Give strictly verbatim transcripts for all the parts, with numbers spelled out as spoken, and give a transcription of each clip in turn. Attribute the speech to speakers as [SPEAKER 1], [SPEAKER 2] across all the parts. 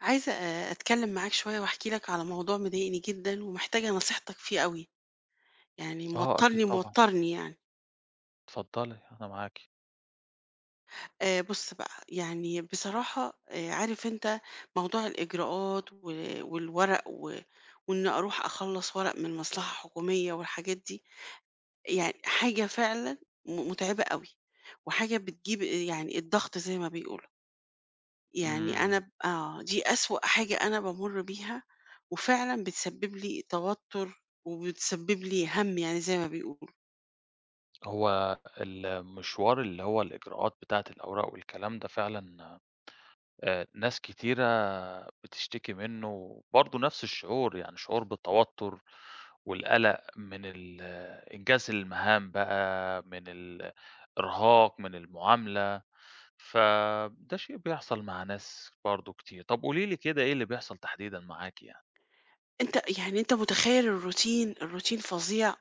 [SPEAKER 1] عايزة آآ أتكلم معاك شوية واحكي لك على موضوع مضايقني جدًا ومحتاجة نصيحتك فيه أوي، يعني
[SPEAKER 2] آه أكيد
[SPEAKER 1] موتّرني،
[SPEAKER 2] طبعًا،
[SPEAKER 1] موتّرني يعني.
[SPEAKER 2] اتفضّلي أنا معاكِ.
[SPEAKER 1] آآ بُص بقى، يعني بصراحة آآ عارف أنت موضوع الإجراءات و والورق و وإن أروح أخلّص ورق من مصلحة حكومية والحاجات دي، يعني حاجة فعلًا م مُتعبة أوي، وحاجة بتجيب يعني الضغط زي ما بيقولوا. يعني أنا
[SPEAKER 2] إمم.
[SPEAKER 1] ب آه، دي أسوأ حاجة أنا بامُر بيها، وفعلًا بتسبب لي توتُّر وبتسبب لي هَم يعني زي ما بيقولوا.
[SPEAKER 2] هو المشوار اللي هو الإجراءات بتاعة الأوراق والكلام ده فعلًا آآ ناس كتيرة بتشتكي منّه، برضه نفس الشعور، يعني شعور بالتوتر والقلق من ال آه، إنجاز المهام بقى، من الإرهاق، من المعاملة، فده شيء بيحصل مع ناس برضه كتير. طب قولي لي كده إيه اللي بيحصل تحديدًا معاكِ يعني؟
[SPEAKER 1] أنت يعني أنت متخيّل الروتين، الروتين فظيع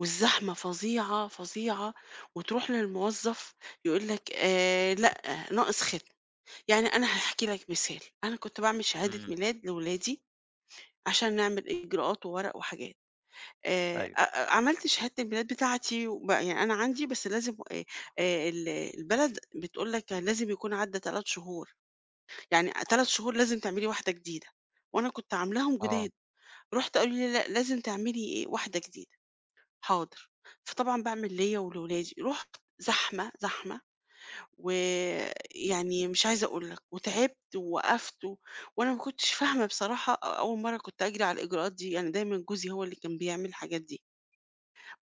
[SPEAKER 1] والزحمة فظيعة، فظيعة وتروح للموظّف يقول لك آآ لأ، ناقص ختم. يعني أنا هاحكي لك مثال، أنا كنت باعمل شهادة
[SPEAKER 2] إمم.
[SPEAKER 1] ميلاد لولادي عشان نعمل إجراءات وورق وحاجات. آآ
[SPEAKER 2] أيوه.
[SPEAKER 1] أ عملت شهادة الميلاد بتاعتي وب يعني أنا عندي بس لازم آآ آآ ال البلد بتقول لك لازم يكون عدّى 3 شهور، يعني 3 شهور لازم تعملي واحدة جديدة، وأنا كنت عاملاهم
[SPEAKER 2] آه.
[SPEAKER 1] جداد، رُحت قالوا لي: "لأ، لازم تعملي إيه، واحدة جديدة." "حاضر." فطبعًا باعمل ليّا ولولادي، رُحت زحمة، زحمة ويعني مش عايزة أقول لك، وتعبت ووقفت و وأنا ما كنتش فاهمة بصراحة أ أول مرّة كنت أجري على الإجراءات دي، يعني دايمًا جوزي هو اللي كان بيعمل الحاجات دي.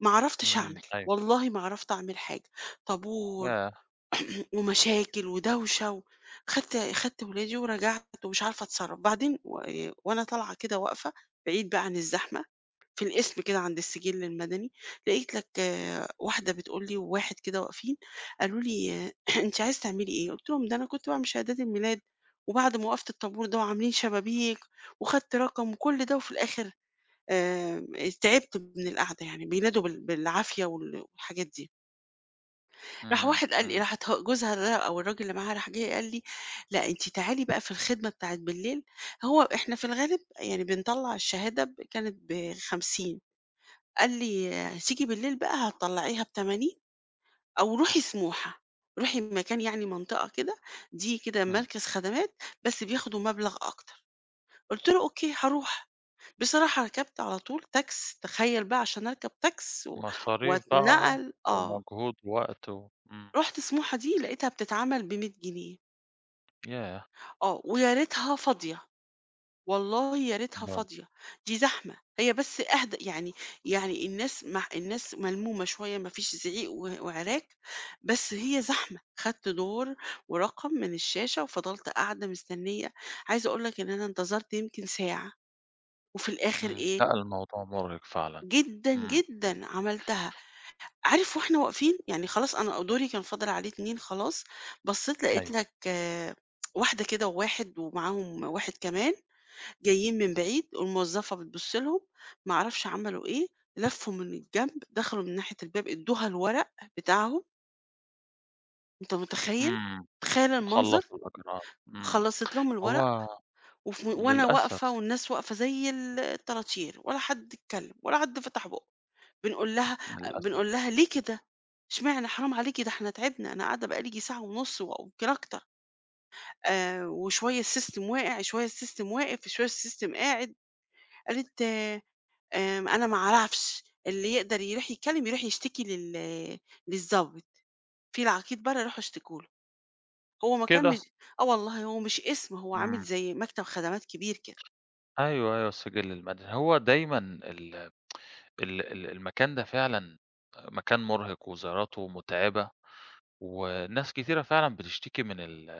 [SPEAKER 1] ما عرفتش أعمل،
[SPEAKER 2] إمم. أيوه.
[SPEAKER 1] والله ما عرفت أعمل حاجة، طابور
[SPEAKER 2] ياه!
[SPEAKER 1] ومشاكل ودوشة و خدت خدت ولادي ورجعت ومش عارفة أتصرّف، بعدين و آه، وأنا طالعة كده واقفة بعيد بقى عن الزحمة في القسم كده عند السجل المدني، لقيت لك آه، واحدة بتقول لي وواحد كده واقفين قالوا لي: آه، "أنتِ عايزة تعملي إيه؟" قُلت لهم: "ده أنا كنت باعمل شهادات الميلاد وبعد ما وقفت الطابور ده وعاملين شبابيك وخدت رقم وكل ده وفي الآخر آآ تعبت من القعدة يعني، بينادوا بال بالعافية وال والحاجات دي. راح
[SPEAKER 2] إمم.
[SPEAKER 1] واحد قال لي
[SPEAKER 2] إمم.
[SPEAKER 1] راحت ه جوزها ده أو الراجل اللي معاها راح جاي قال لي: "لأ أنتِ تعالي بقى في الخدمة بتاعة بالليل." هو إحنا في الغالب يعني بنطلّع الشهادة ب كانت بخمسين قال لي: "هتيجي بالليل بقى هتطلّعيها بتمانين أو روحي سموحة، روحي مكان يعني منطقة كده، دي كده
[SPEAKER 2] إمم.
[SPEAKER 1] مركز خدمات بس بياخدوا مبلغ أكتر." قُلت له: "أوكي هاروح." بصراحة ركبت على طول تاكس، تخيّل بقى عشان أركب تاكس و
[SPEAKER 2] مصاريف بقى
[SPEAKER 1] واتنقل آه،
[SPEAKER 2] ومجهود ووقت و إمم.
[SPEAKER 1] رُحت سموحة دي لقيتها بتتعمل بمية جنيه،
[SPEAKER 2] ياه!
[SPEAKER 1] آه، ويا ريتها فاضية، والله يا ريتها
[SPEAKER 2] برضه.
[SPEAKER 1] فاضية، دي زحمة، هي بس أهدى يعني يعني الناس مع الناس ملمومة شوية ما فيش زعيق و وعراك، بس هي زحمة، خدت دور ورقم من الشاشة وفضلت قاعدة مستنية، عايزة أقول لك إن أنا انتظرت يمكن ساعة، وفي الآخر
[SPEAKER 2] إمم.
[SPEAKER 1] إيه،
[SPEAKER 2] لأ، الموضوع مُرهق فعلًا.
[SPEAKER 1] جدًا،
[SPEAKER 2] إمم.
[SPEAKER 1] جدًا عملتها. عارف وإحنا واقفين، يعني خلاص أنا دوري كان فاضل عليه اتنين خلاص، بصّيت لقيت
[SPEAKER 2] أيوه.
[SPEAKER 1] لك آه، واحدة كده وواحد ومعاهم واحد كمان جايين من بعيد، الموظفة بتبُص لهم، ما أعرفش عملوا إيه، لفّوا من الجنب، دخلوا من ناحية الباب، ادّوها الورق بتاعهم، أنت متخيّل؟
[SPEAKER 2] إمم.
[SPEAKER 1] تخيّل المنظر!
[SPEAKER 2] خلّصوا الإجراءات. إمم.
[SPEAKER 1] خلّصت لهم الورق
[SPEAKER 2] هو
[SPEAKER 1] وف وأنا
[SPEAKER 2] للأسف،
[SPEAKER 1] واقفة والناس واقفة زي ال الطراطير، ولا حد اتكلّم ولا حد فتح بُقّه. بنقول لها
[SPEAKER 2] للأسف.
[SPEAKER 1] بنقول لها: "ليه كده؟ اشمعنى حرام عليكِ ده إحنا تعبنا، أنا قاعدة بقى لي ييجي ساعة ونُص و يمكن أكتر، آآ وشوية السيستم واقع، شوية السيستم واقف، شوية السيستم قاعد." قالت: "آآ أنا ما أعرفش، اللي يقدر يروح يتكلم يروح يشتكي لل للضابط، في العقيد برّه روحوا اشتكوا له." هو ما كان
[SPEAKER 2] كده
[SPEAKER 1] مش آه والله، هو مش اسم، هو عامل
[SPEAKER 2] إمم.
[SPEAKER 1] زي مكتب خدمات كبير كده،
[SPEAKER 2] أيوه، أيوه السجل المدني. هو دايمًا ال ال ال المكان ده فعلًا مكان مُرهق وزياراته مُتعبة، وناس كتيرة فعلًا بتشتكي من ال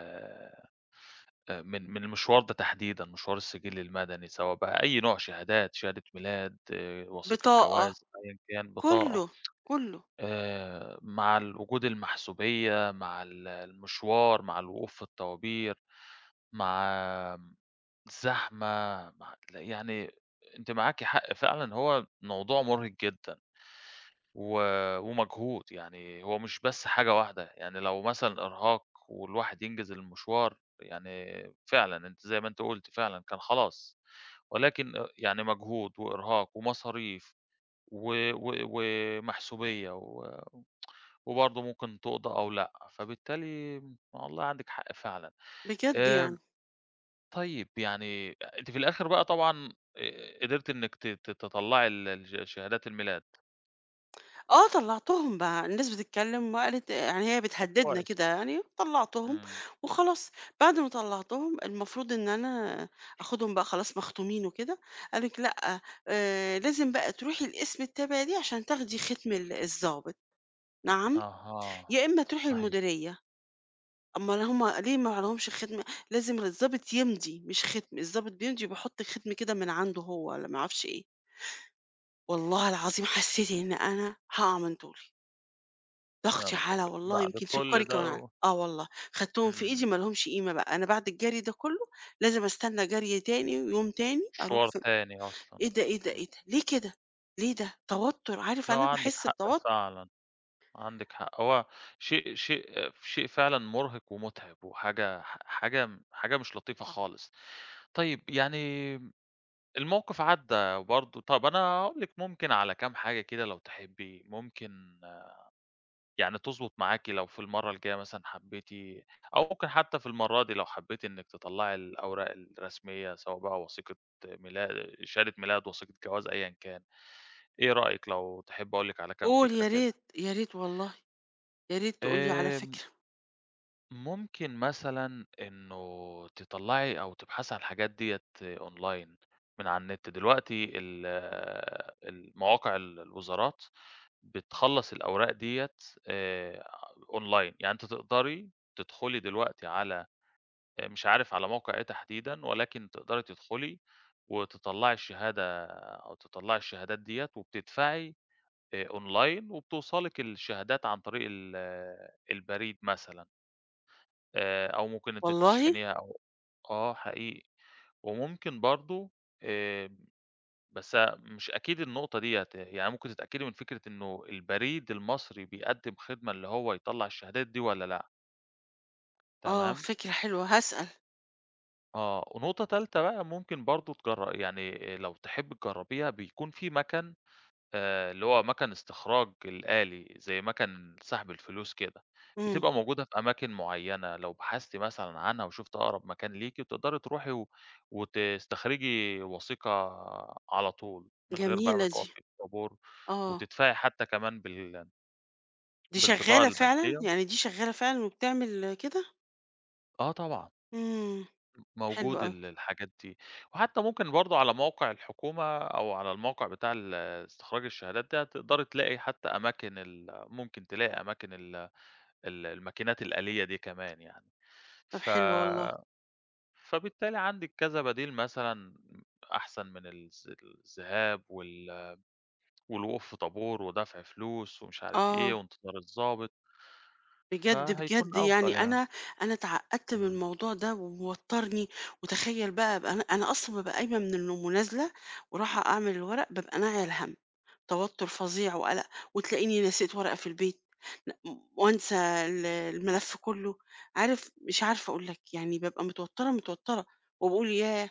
[SPEAKER 2] آآ من من المشوار ده تحديدًا، مشوار السجل المدني، سواء بقى أي نوع شهادات، شهادة ميلاد، آه، وثيقة
[SPEAKER 1] بطاقة،
[SPEAKER 2] جواز، أيًا كان، بطاقة،
[SPEAKER 1] كُلّه، كُلّه،
[SPEAKER 2] آآ مع ال وجود المحسوبية، مع ال المشوار، مع الوقوف في الطوابير، مع الزحمة، مع ل يعني أنتِ معاكِ حق فعلًا هو موضوع مُرهق جدًا. و ومجهود، يعني هو مش بس حاجة واحدة، يعني لو مثلًا إرهاق والواحد ينجز المشوار، يعني فعلًا أنتِ زي ما أنتِ قُلتِ فعلًا كان خلاص، ولكن أ يعني مجهود وإرهاق ومصاريف و و ومحسوبية و وبرضه ممكن تقضى أو لأ، فبالتالي والله عندِك حق فعلًا.
[SPEAKER 1] بجد يعني.
[SPEAKER 2] آمم، طيب يعني أنتِ في الآخر بقى طبعًا آآ قدرتِ إنِّك ت ت تطلّعي ال الش شهادات الميلاد،
[SPEAKER 1] آه طلّعتهم بقى، الناس بتتكلّم وقالت يعني هي
[SPEAKER 2] طب
[SPEAKER 1] بتهدّدنا
[SPEAKER 2] كويس.
[SPEAKER 1] كده يعني، طلّعتهم
[SPEAKER 2] إمم.
[SPEAKER 1] وخلاص، بعد ما طلّعتهم المفروض إن أنا آخُدهم بقى خلاص مختومين وكده، قالت لأ، آآ لازم بقى تروحي القسم التابع ليه عشان تاخدي ختم ال الضابط، نعم،
[SPEAKER 2] أها.
[SPEAKER 1] يا إمّا تروحي
[SPEAKER 2] أيوه.
[SPEAKER 1] المديرية، أمّال هم ليه ما لهمش ختم؟ لازم الضابط يمضي مش ختم، الضابط بيمضي وبيحُط الختم كده من عنده هو والّا ما أعرفش إيه، والله العظيم حسّيت إن أنا هاقع من طولي.
[SPEAKER 2] يا
[SPEAKER 1] ضغطي
[SPEAKER 2] نهار
[SPEAKER 1] علا
[SPEAKER 2] أبيض!
[SPEAKER 1] والله،
[SPEAKER 2] بعد
[SPEAKER 1] يمكن سُكّري
[SPEAKER 2] كل
[SPEAKER 1] كمان
[SPEAKER 2] ده
[SPEAKER 1] علا.
[SPEAKER 2] و
[SPEAKER 1] آه والله، خدتهم في
[SPEAKER 2] إمم،
[SPEAKER 1] إيدي ما لهمش قيمة بقى، أنا بعد الجري ده كُلّه لازم أستنى جري تاني ويوم تاني أروح
[SPEAKER 2] مشوار
[SPEAKER 1] في
[SPEAKER 2] تاني أصلًا.
[SPEAKER 1] إيه ده، إيه ده، إيه
[SPEAKER 2] إمم.
[SPEAKER 1] ده، ليه كده؟ ليه ده؟ توتُّر، عارف
[SPEAKER 2] لأ
[SPEAKER 1] أنا
[SPEAKER 2] وعندِك
[SPEAKER 1] باحس
[SPEAKER 2] حق
[SPEAKER 1] بتوتُّر.
[SPEAKER 2] فعلًا، عندِك حق. هو شيء شيء شيء فعلًا مرهق ومُتعب وحاجة ح حاجة م حاجة مش لطيفة خالص. طيب يعني الموقف عدّى برضه، طب أنا هاقول لِك ممكن على كام حاجة كده لو تحبّي، ممكن يعني تضبط معاكِ لو في المرّة الجاية مثلًا حبيتِ أو ممكن حتى في المرّة دي لو حبيتِ إنِّك تطلّعي الأوراق الرسمية، سواء بقى وثيقة ميلا شهادة ميلاد، وثيقة جواز، أيًا كان، إيه رأيك لو تحبّي أقول لِك على كام
[SPEAKER 1] قُل
[SPEAKER 2] فكرة
[SPEAKER 1] يا
[SPEAKER 2] كده؟
[SPEAKER 1] ريت، يا ريت والله، يا ريت تقول لي على
[SPEAKER 2] آمم،
[SPEAKER 1] فكرة.
[SPEAKER 2] ممكن مثلًا إنه تطلّعي أو تبحثي عن الحاجات ديّة أونلاين من على النت، دلوقتي ال المواقع ال الوزارات بتخلّص الأوراق ديّة آآ online، يعني أنتِ تقدري تدخلي دلوقتي على آآ مش عارف على موقع إيه تحديدًا، ولكن تقدري تدخلي وتطلّعي الشهادة أو تطلّعي الشهادات ديّة، وبتدفعي آآ online وبتوصلِك الشهادات عن طريق ال آه، البريد مثلًا آآ أو ممكن أنتِ
[SPEAKER 1] والله؟
[SPEAKER 2] تشحنيها أو آه حقيقي، وممكن برضه آآ بس مش أكيد النقطة ديّة، يعني ممكن تتأكدي من فكرة إنه البريد المصري بيقدّم خدمة اللي هو يطلّع الشهادات دي والّا لأ،
[SPEAKER 1] آه،
[SPEAKER 2] تمام.
[SPEAKER 1] فكرة حلوة هاسأل.
[SPEAKER 2] آه، ونقطة تالتة بقى ممكن برضه تجر يعني لو تحبّي تجرّبيها بيكون في مَكَن آآ، اللي هو مَكَن استخراج الآلي، زي مَكَن سحب الفلوس كده،
[SPEAKER 1] إمم،
[SPEAKER 2] بتبقى موجودة في أماكن معيّنة، لو بحثتِ مثلًا عنها وشُفتِ أقرب مكان ليكِ بتقدري تروحي و وتستخرجي وثيقة على طول، من غير بقى ما
[SPEAKER 1] جميلة دي،
[SPEAKER 2] تُقفي في طابور،
[SPEAKER 1] آه.
[SPEAKER 2] وتدفعي حتى كمان بال
[SPEAKER 1] دي
[SPEAKER 2] بالبطاقة
[SPEAKER 1] شغّالة فعلًا؟
[SPEAKER 2] البنكية
[SPEAKER 1] يعني دي شغّالة فعلًا وبتعمل كده؟
[SPEAKER 2] آه طبعًا،
[SPEAKER 1] إمم، حلو
[SPEAKER 2] موجود
[SPEAKER 1] أوي.
[SPEAKER 2] ال الحاجات دي، وحتى ممكن برضه على موقع الحكومة أو على الموقع بتاع ال استخراج الشهادات ده، تقدري تلاقي حتى أماكن ال ممكن تلاقي أماكن ال ال الماكينات الآلية دي كمان يعني.
[SPEAKER 1] طب
[SPEAKER 2] ف
[SPEAKER 1] حلو والله.
[SPEAKER 2] فبالتالي عندِك كذا بديل مثلًا أحسن من الذ الذهاب وال والوقوف في طابور ودفع فلوس ومش عارف إيه
[SPEAKER 1] آه.
[SPEAKER 2] وانتظار الضابط،
[SPEAKER 1] بجد بجد
[SPEAKER 2] فهيكون أفضل
[SPEAKER 1] يعني
[SPEAKER 2] يعني.
[SPEAKER 1] انا انا اتعقدت من
[SPEAKER 2] إمم.
[SPEAKER 1] الموضوع ده وموترني وتخيل بقى, بقى انا انا اصلا ببقى قايمه من النوم ونازله ورايحه اعمل الورق ببقى ناعيه الهم توتر فظيع وقلق وتلاقيني نسيت ورقه في البيت ن- وانسى ال- الملف كله عارف مش عارفه اقول لك يعني ببقى متوتره متوتره وبقول ياه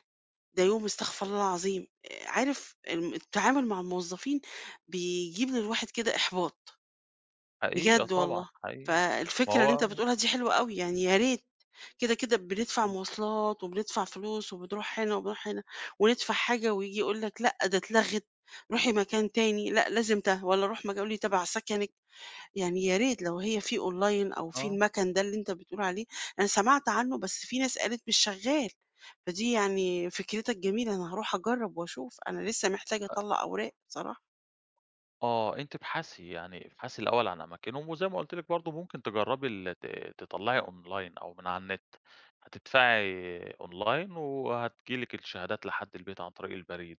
[SPEAKER 1] ده يوم استغفر الله العظيم عارف الم- التعامل مع الموظفين بيجيب للواحد كده احباط
[SPEAKER 2] حقيقي آه
[SPEAKER 1] بجد
[SPEAKER 2] طبعًا،
[SPEAKER 1] والله.
[SPEAKER 2] حقيقي. ما
[SPEAKER 1] فالفكرة اللي أنت
[SPEAKER 2] هو
[SPEAKER 1] بتقولها دي حلوة أوي، يعني يا ريت، كده، كده بندفع
[SPEAKER 2] إمم.
[SPEAKER 1] مواصلات وبندفع فلوس وبنروح هنا وبنروح هنا، وندفع حاجة وييجي يقول لك لأ، ده اتلغت، روحي مكان تاني، لأ لازم ده، والّا روح مكان يقول لي تبع سكنِك، يعني يا ريت لو هي في أونلاين أو في
[SPEAKER 2] آه.
[SPEAKER 1] المَكَن ده اللي أنت بتقول عليه، أنا سمعت عنه بس في ناس قالت مش شغال، فدي يعني فكرتك جميلة، أنا هاروح أجرّب وأشوف، أنا لسه محتاجة أطلّع أوراق بصراحة.
[SPEAKER 2] آه، أنتِ ابحثي، يعني ابحثي الأول عن أماكنهم، وزي ما قُلت لِك برضه ممكن تجرّبي ال ت تطلّعي online أو من على النت، هتدفعي online وهتيجي لِك الشهادات لحد البيت عن طريق البريد،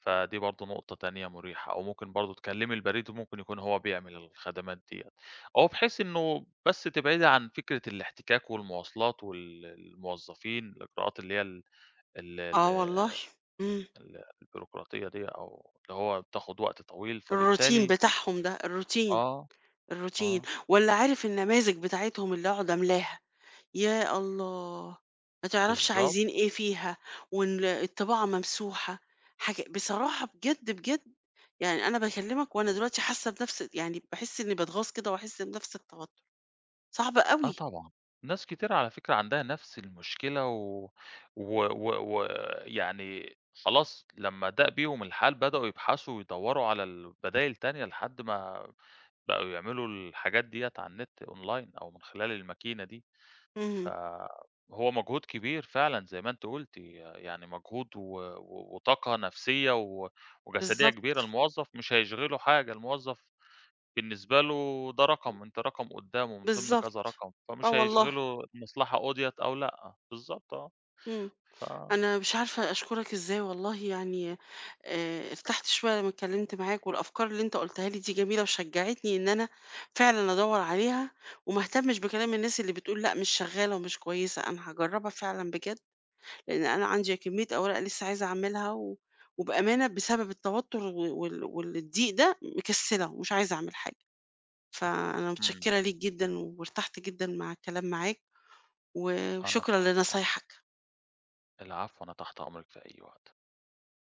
[SPEAKER 2] فدي برضه نقطة تانية مُريحة، أو ممكن برضه تكلّمي البريد وممكن يكون هو بيعمل الخدمات ديّة، أو بحيث إنه بس تبعدي عن فكرة الاحتكاك والمواصلات وال الموظفين، الإجراءات اللي هي ال ال
[SPEAKER 1] آه والله،
[SPEAKER 2] ال
[SPEAKER 1] إمم،
[SPEAKER 2] ال البيروقراطية ديّة أو اللي هو بتاخد وقت طويل،
[SPEAKER 1] الروتين
[SPEAKER 2] فبالتالي
[SPEAKER 1] بتاعهم ده، الروتين.
[SPEAKER 2] آه.
[SPEAKER 1] الروتين،
[SPEAKER 2] آه،
[SPEAKER 1] والّا عارف النماذج بتاعتهم اللي أقعد أملاها، يا الله! ما تعرفش
[SPEAKER 2] بالضبط،
[SPEAKER 1] عايزين إيه فيها، وال الطباعة ممسوحة، حاجة بصراحة بجد، بجد يعني أنا باكلمك وأنا دلوقتي حاسة بنفس يعني باحس إني باتغاظ كده، وأحس بنفس التوتر، صعب
[SPEAKER 2] آه
[SPEAKER 1] أوي،
[SPEAKER 2] طبعًا، ناس كتيرة على فكرة عندها نفس المشكلة و و و ويعني خلاص لمّا ضاق بيهم الحال بدأوا يبحثوا ويدوّروا على ال بدايل تانية لحد ما بقوا يعملوا الحاجات ديّة على النت online أو من خلال الماكينة دي،
[SPEAKER 1] إمم،
[SPEAKER 2] فهو مجهود كبير فعلًا زي ما أنتِ قُلتِ، يعني مجهود و و وطاقة نفسية و وجسدية
[SPEAKER 1] بالضبط،
[SPEAKER 2] كبيرة، الموظف مش هيشغله حاجة، الموظف بالنسبة له ده رقم، أنت رقم قدّامه من ضمن
[SPEAKER 1] بالضبط،
[SPEAKER 2] كذا رقم،
[SPEAKER 1] آه
[SPEAKER 2] فمش
[SPEAKER 1] والله.
[SPEAKER 2] هيشغله المصلحة أُضيَّت أو لأ، بالضبط آه،
[SPEAKER 1] إمم.
[SPEAKER 2] ف
[SPEAKER 1] أنا مش عارفة أشكرك إزاي والله يعني آآ ارتحت شوية لمّا اتكلّمت معاك والأفكار اللي أنت قُلتها لي دي جميلة وشجّعتني إن أنا فعلًا أدوّر عليها وما اهتمش بكلام الناس اللي بتقول لأ مش شغّالة ومش كويسة، أنا هاجرّبها فعلًا بجد، لإن أنا عندي كمية أوراق لسه عايزة أعملها و وبأمانة بسبب التوتُّر و وال والضيق ده مكسّلة ومش عايزة أعمل حاجة. فأنا
[SPEAKER 2] إمم،
[SPEAKER 1] متشكّرة ليك جدًا وارتحت جدًا مع الكلام معاك و
[SPEAKER 2] أنا
[SPEAKER 1] وشكرًا
[SPEAKER 2] تحت أمرِك
[SPEAKER 1] لنصايحك.
[SPEAKER 2] العفو، أنا تحت أمرِك في أي وقت.